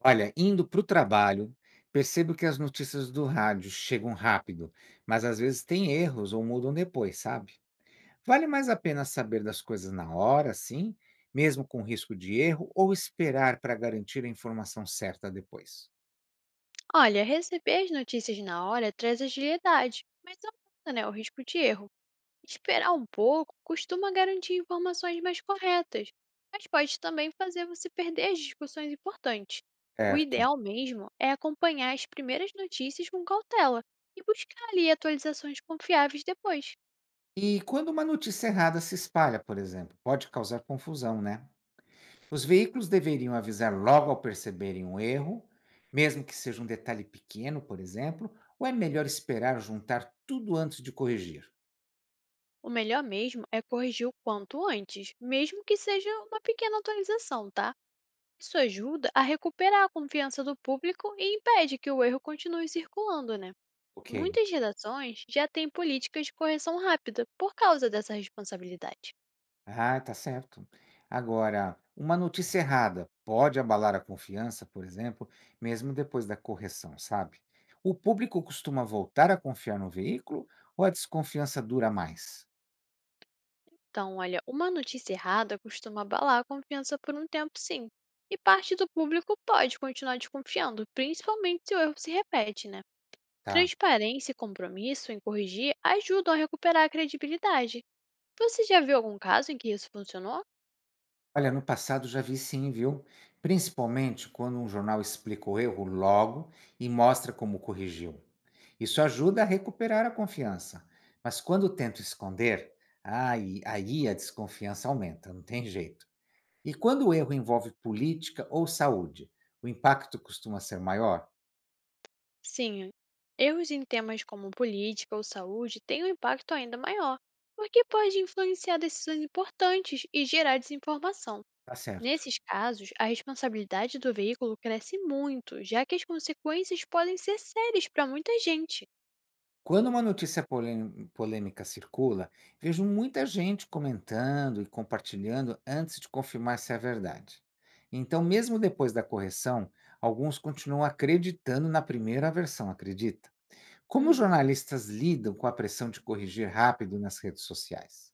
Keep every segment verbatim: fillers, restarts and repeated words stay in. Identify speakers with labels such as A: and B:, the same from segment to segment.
A: Olha, indo para o trabalho, percebo que as notícias do rádio chegam rápido, mas às vezes tem erros ou mudam depois, sabe? Vale mais a pena saber das coisas na hora, sim, mesmo com risco de erro, ou esperar para garantir a informação certa depois?
B: Olha, receber as notícias na hora traz agilidade, mas aumenta, né, o risco de erro. Esperar um pouco costuma garantir informações mais corretas, mas pode também fazer você perder as discussões importantes. O
A: Certo.
B: ideal mesmo é acompanhar as primeiras notícias com cautela e buscar ali atualizações confiáveis depois.
A: E quando uma notícia errada se espalha, por exemplo, pode causar confusão, né? Os veículos deveriam avisar logo ao perceberem um erro, mesmo que seja um detalhe pequeno, por exemplo, ou é melhor esperar juntar tudo antes de corrigir?
B: O melhor mesmo é corrigir o quanto antes, mesmo que seja uma pequena atualização, tá? Isso ajuda a recuperar a confiança do público e impede que o erro continue circulando, né?
A: Ok.
B: Muitas redações já têm políticas de correção rápida por causa dessa responsabilidade.
A: Ah, tá certo. Agora, uma notícia errada pode abalar a confiança, por exemplo, mesmo depois da correção, sabe? O público costuma voltar a confiar no veículo ou a desconfiança dura mais?
B: Então, olha, uma notícia errada costuma abalar a confiança por um tempo, sim. E parte do público pode continuar desconfiando, principalmente se o erro se repete, né?
A: Tá.
B: Transparência e compromisso em corrigir ajudam a recuperar a credibilidade. Você já viu algum caso em que isso funcionou?
A: Olha, no passado já vi sim, viu? Principalmente quando um jornal explica o erro logo e mostra como corrigiu. Isso ajuda a recuperar a confiança. Mas quando tento esconder, aí, aí a desconfiança aumenta, não tem jeito. E quando o erro envolve política ou saúde, o impacto costuma ser maior?
B: Sim, erros em temas como política ou saúde têm um impacto ainda maior, porque pode influenciar decisões importantes e gerar desinformação.
A: Tá certo.
B: Nesses casos, a responsabilidade do veículo cresce muito, já que as consequências podem ser sérias para muita gente.
A: Quando uma notícia polê- polêmica circula, vejo muita gente comentando e compartilhando antes de confirmar se é verdade. Então, mesmo depois da correção, alguns continuam acreditando na primeira versão, acredita? Como os
B: Uhum.
A: jornalistas lidam com a pressão de corrigir rápido nas redes sociais?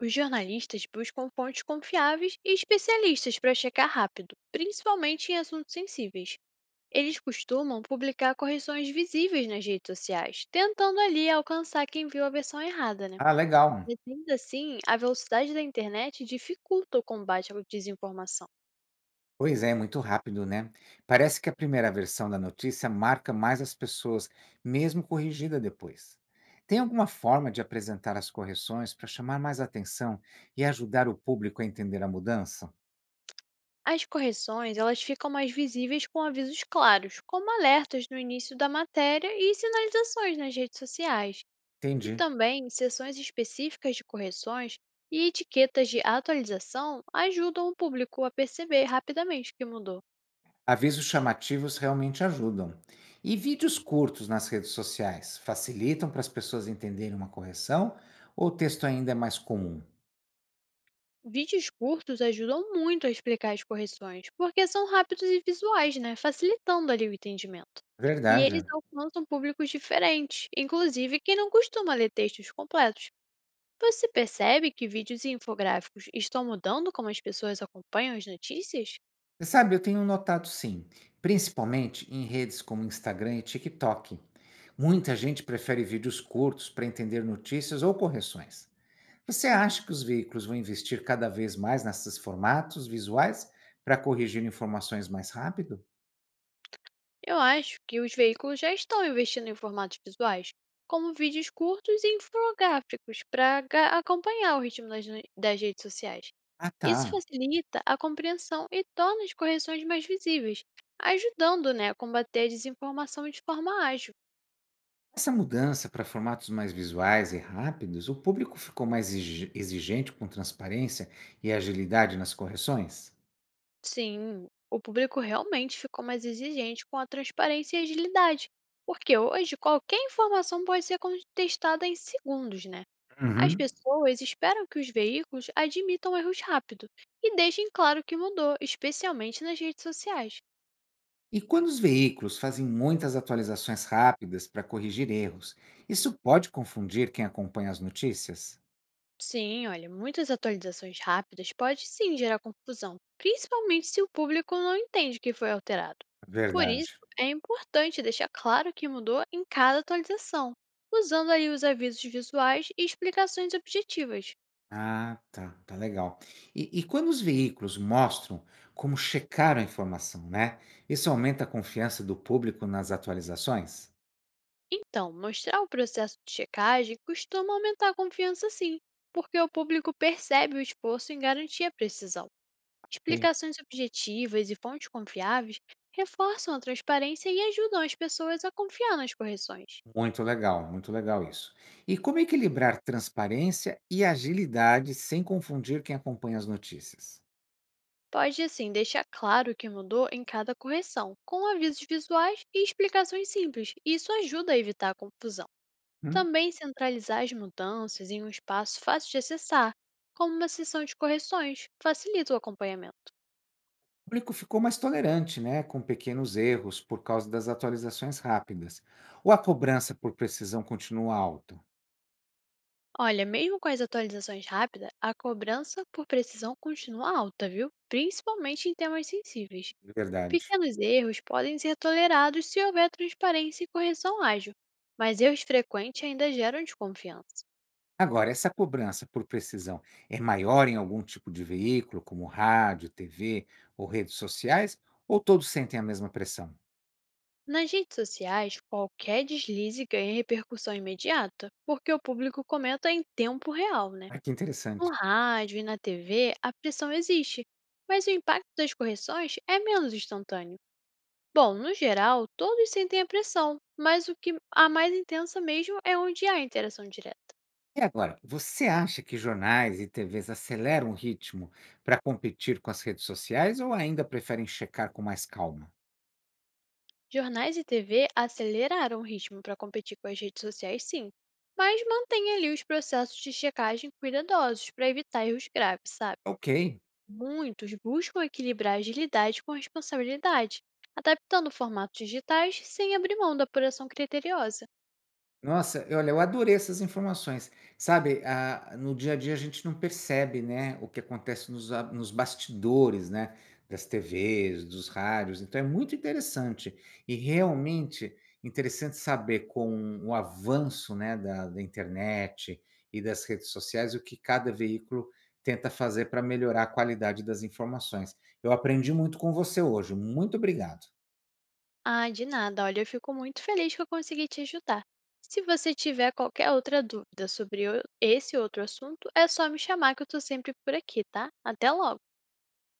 B: Os jornalistas buscam fontes confiáveis e especialistas para checar rápido, principalmente em assuntos sensíveis. Eles costumam publicar correções visíveis nas redes sociais, tentando ali alcançar quem viu a versão errada, né?
A: Ah, legal.
B: Mas ainda assim, a velocidade da internet dificulta o combate à desinformação.
A: Pois é, muito rápido, né? Parece que a primeira versão da notícia marca mais as pessoas, mesmo corrigida depois. Tem alguma forma de apresentar as correções para chamar mais atenção e ajudar o público a entender a mudança?
B: As correções, elas ficam mais visíveis com avisos claros, como alertas no início da matéria e sinalizações nas redes sociais, e
A: Entendi.
B: também sessões específicas de correções e etiquetas de atualização ajudam o público a perceber rapidamente o que mudou.
A: Avisos chamativos realmente ajudam. E vídeos curtos nas redes sociais facilitam para as pessoas entenderem uma correção ou o texto ainda é mais comum?
B: Vídeos curtos ajudam muito a explicar as correções, porque são rápidos e visuais, né? Facilitando ali o entendimento. E eles
A: Verdade.
B: alcançam públicos diferentes, inclusive quem não costuma ler textos completos. Você percebe que vídeos e infográficos estão mudando como as pessoas acompanham as notícias?
A: Você sabe, eu tenho notado sim, principalmente em redes como Instagram e TikTok. Muita gente prefere vídeos curtos para entender notícias ou correções. Você
B: Uhum.
A: acha que os veículos vão investir cada vez mais nesses formatos visuais para corrigir informações mais rápido?
B: Eu acho que os veículos já estão investindo em formatos visuais, como vídeos curtos e infográficos, para acompanhar o ritmo das no- das redes sociais.
A: Ah,
B: Isso
A: tá.
B: facilita a compreensão e torna as correções mais visíveis, ajudando, né, a combater a desinformação de forma ágil.
A: Essa mudança para formatos mais visuais e rápidos, o público ficou mais exi- exigente com transparência e agilidade nas correções?
B: Sim, o público realmente ficou mais exigente com a transparência e agilidade, porque hoje qualquer informação pode ser contestada em segundos, né? As
A: Uhum.
B: pessoas esperam que os veículos admitam erros rápido e deixem claro o que mudou, especialmente nas redes sociais.
A: E quando os veículos fazem muitas atualizações rápidas para corrigir erros, isso pode confundir quem acompanha as notícias?
B: Sim, olha, muitas atualizações rápidas podem sim gerar confusão, principalmente se o público não entende o que foi alterado. Por
A: Verdade.
B: isso, é importante deixar claro o que mudou em cada atualização, usando ali os avisos visuais e explicações objetivas.
A: Ah, tá, tá legal. E, e quando os veículos mostram como checaram a informação, né? Isso aumenta a confiança do público nas atualizações?
B: Então, mostrar o processo de checagem costuma aumentar a confiança sim, porque o público percebe o esforço em garantir a precisão.
A: Sim.
B: Explicações objetivas e fontes confiáveis reforçam a transparência e ajudam as pessoas a confiar nas correções.
A: Muito legal, muito legal isso. E como equilibrar transparência e agilidade sem confundir quem acompanha as notícias?
B: Pode, assim, deixar claro o que mudou em cada correção, com avisos visuais e explicações simples, e isso ajuda a evitar a confusão.
A: Hum?
B: Também centralizar as mudanças em um espaço fácil de acessar, como uma sessão de correções, facilita o acompanhamento.
A: O público ficou mais tolerante, né, com pequenos erros por causa das atualizações rápidas. Ou a cobrança por precisão continua alta?
B: Olha, mesmo com as atualizações rápidas, a cobrança por precisão continua alta, viu? Principalmente em temas sensíveis.
A: De verdade.
B: Pequenos erros podem ser tolerados se houver transparência e correção ágil, mas erros frequentes ainda geram desconfiança.
A: Agora, essa cobrança por precisão é maior em algum tipo de veículo, como rádio, tê vê ou redes sociais, ou todos sentem a mesma pressão?
B: Nas redes sociais, qualquer deslize ganha repercussão imediata, porque o público comenta em tempo real, né?
A: Ah, que
B: No
A: interessante.
B: rádio e na tê vê, a pressão existe, mas o impacto das correções é menos instantâneo. Bom, no geral, todos sentem a pressão, mas o que a mais intensa mesmo é onde há interação direta.
A: E agora, você acha que jornais e tê vês aceleram o ritmo para competir com as redes sociais ou ainda preferem checar com mais calma?
B: Jornais e tê vê aceleraram o ritmo para competir com as redes sociais, sim, mas mantém ali os processos de checagem cuidadosos para evitar erros graves, sabe?
A: Ok.
B: Muitos buscam equilibrar agilidade com responsabilidade, adaptando formatos digitais sem abrir mão da apuração criteriosa.
A: Nossa, olha, eu adorei essas informações. Sabe, ah, no dia a dia a gente não percebe, né, o que acontece nos, a- nos bastidores, né, das tê vês, dos rádios. Então é muito interessante e realmente interessante saber com o avanço, né, da, da internet e das redes sociais o que cada veículo tenta fazer para melhorar a qualidade das informações. Eu aprendi muito com você hoje. Muito obrigado.
B: Ah, de nada, olha, eu fico muito feliz que eu consegui te ajudar. Se você tiver qualquer outra dúvida sobre o- esse outro assunto, é só me chamar que eu estou sempre por aqui, tá? Até logo!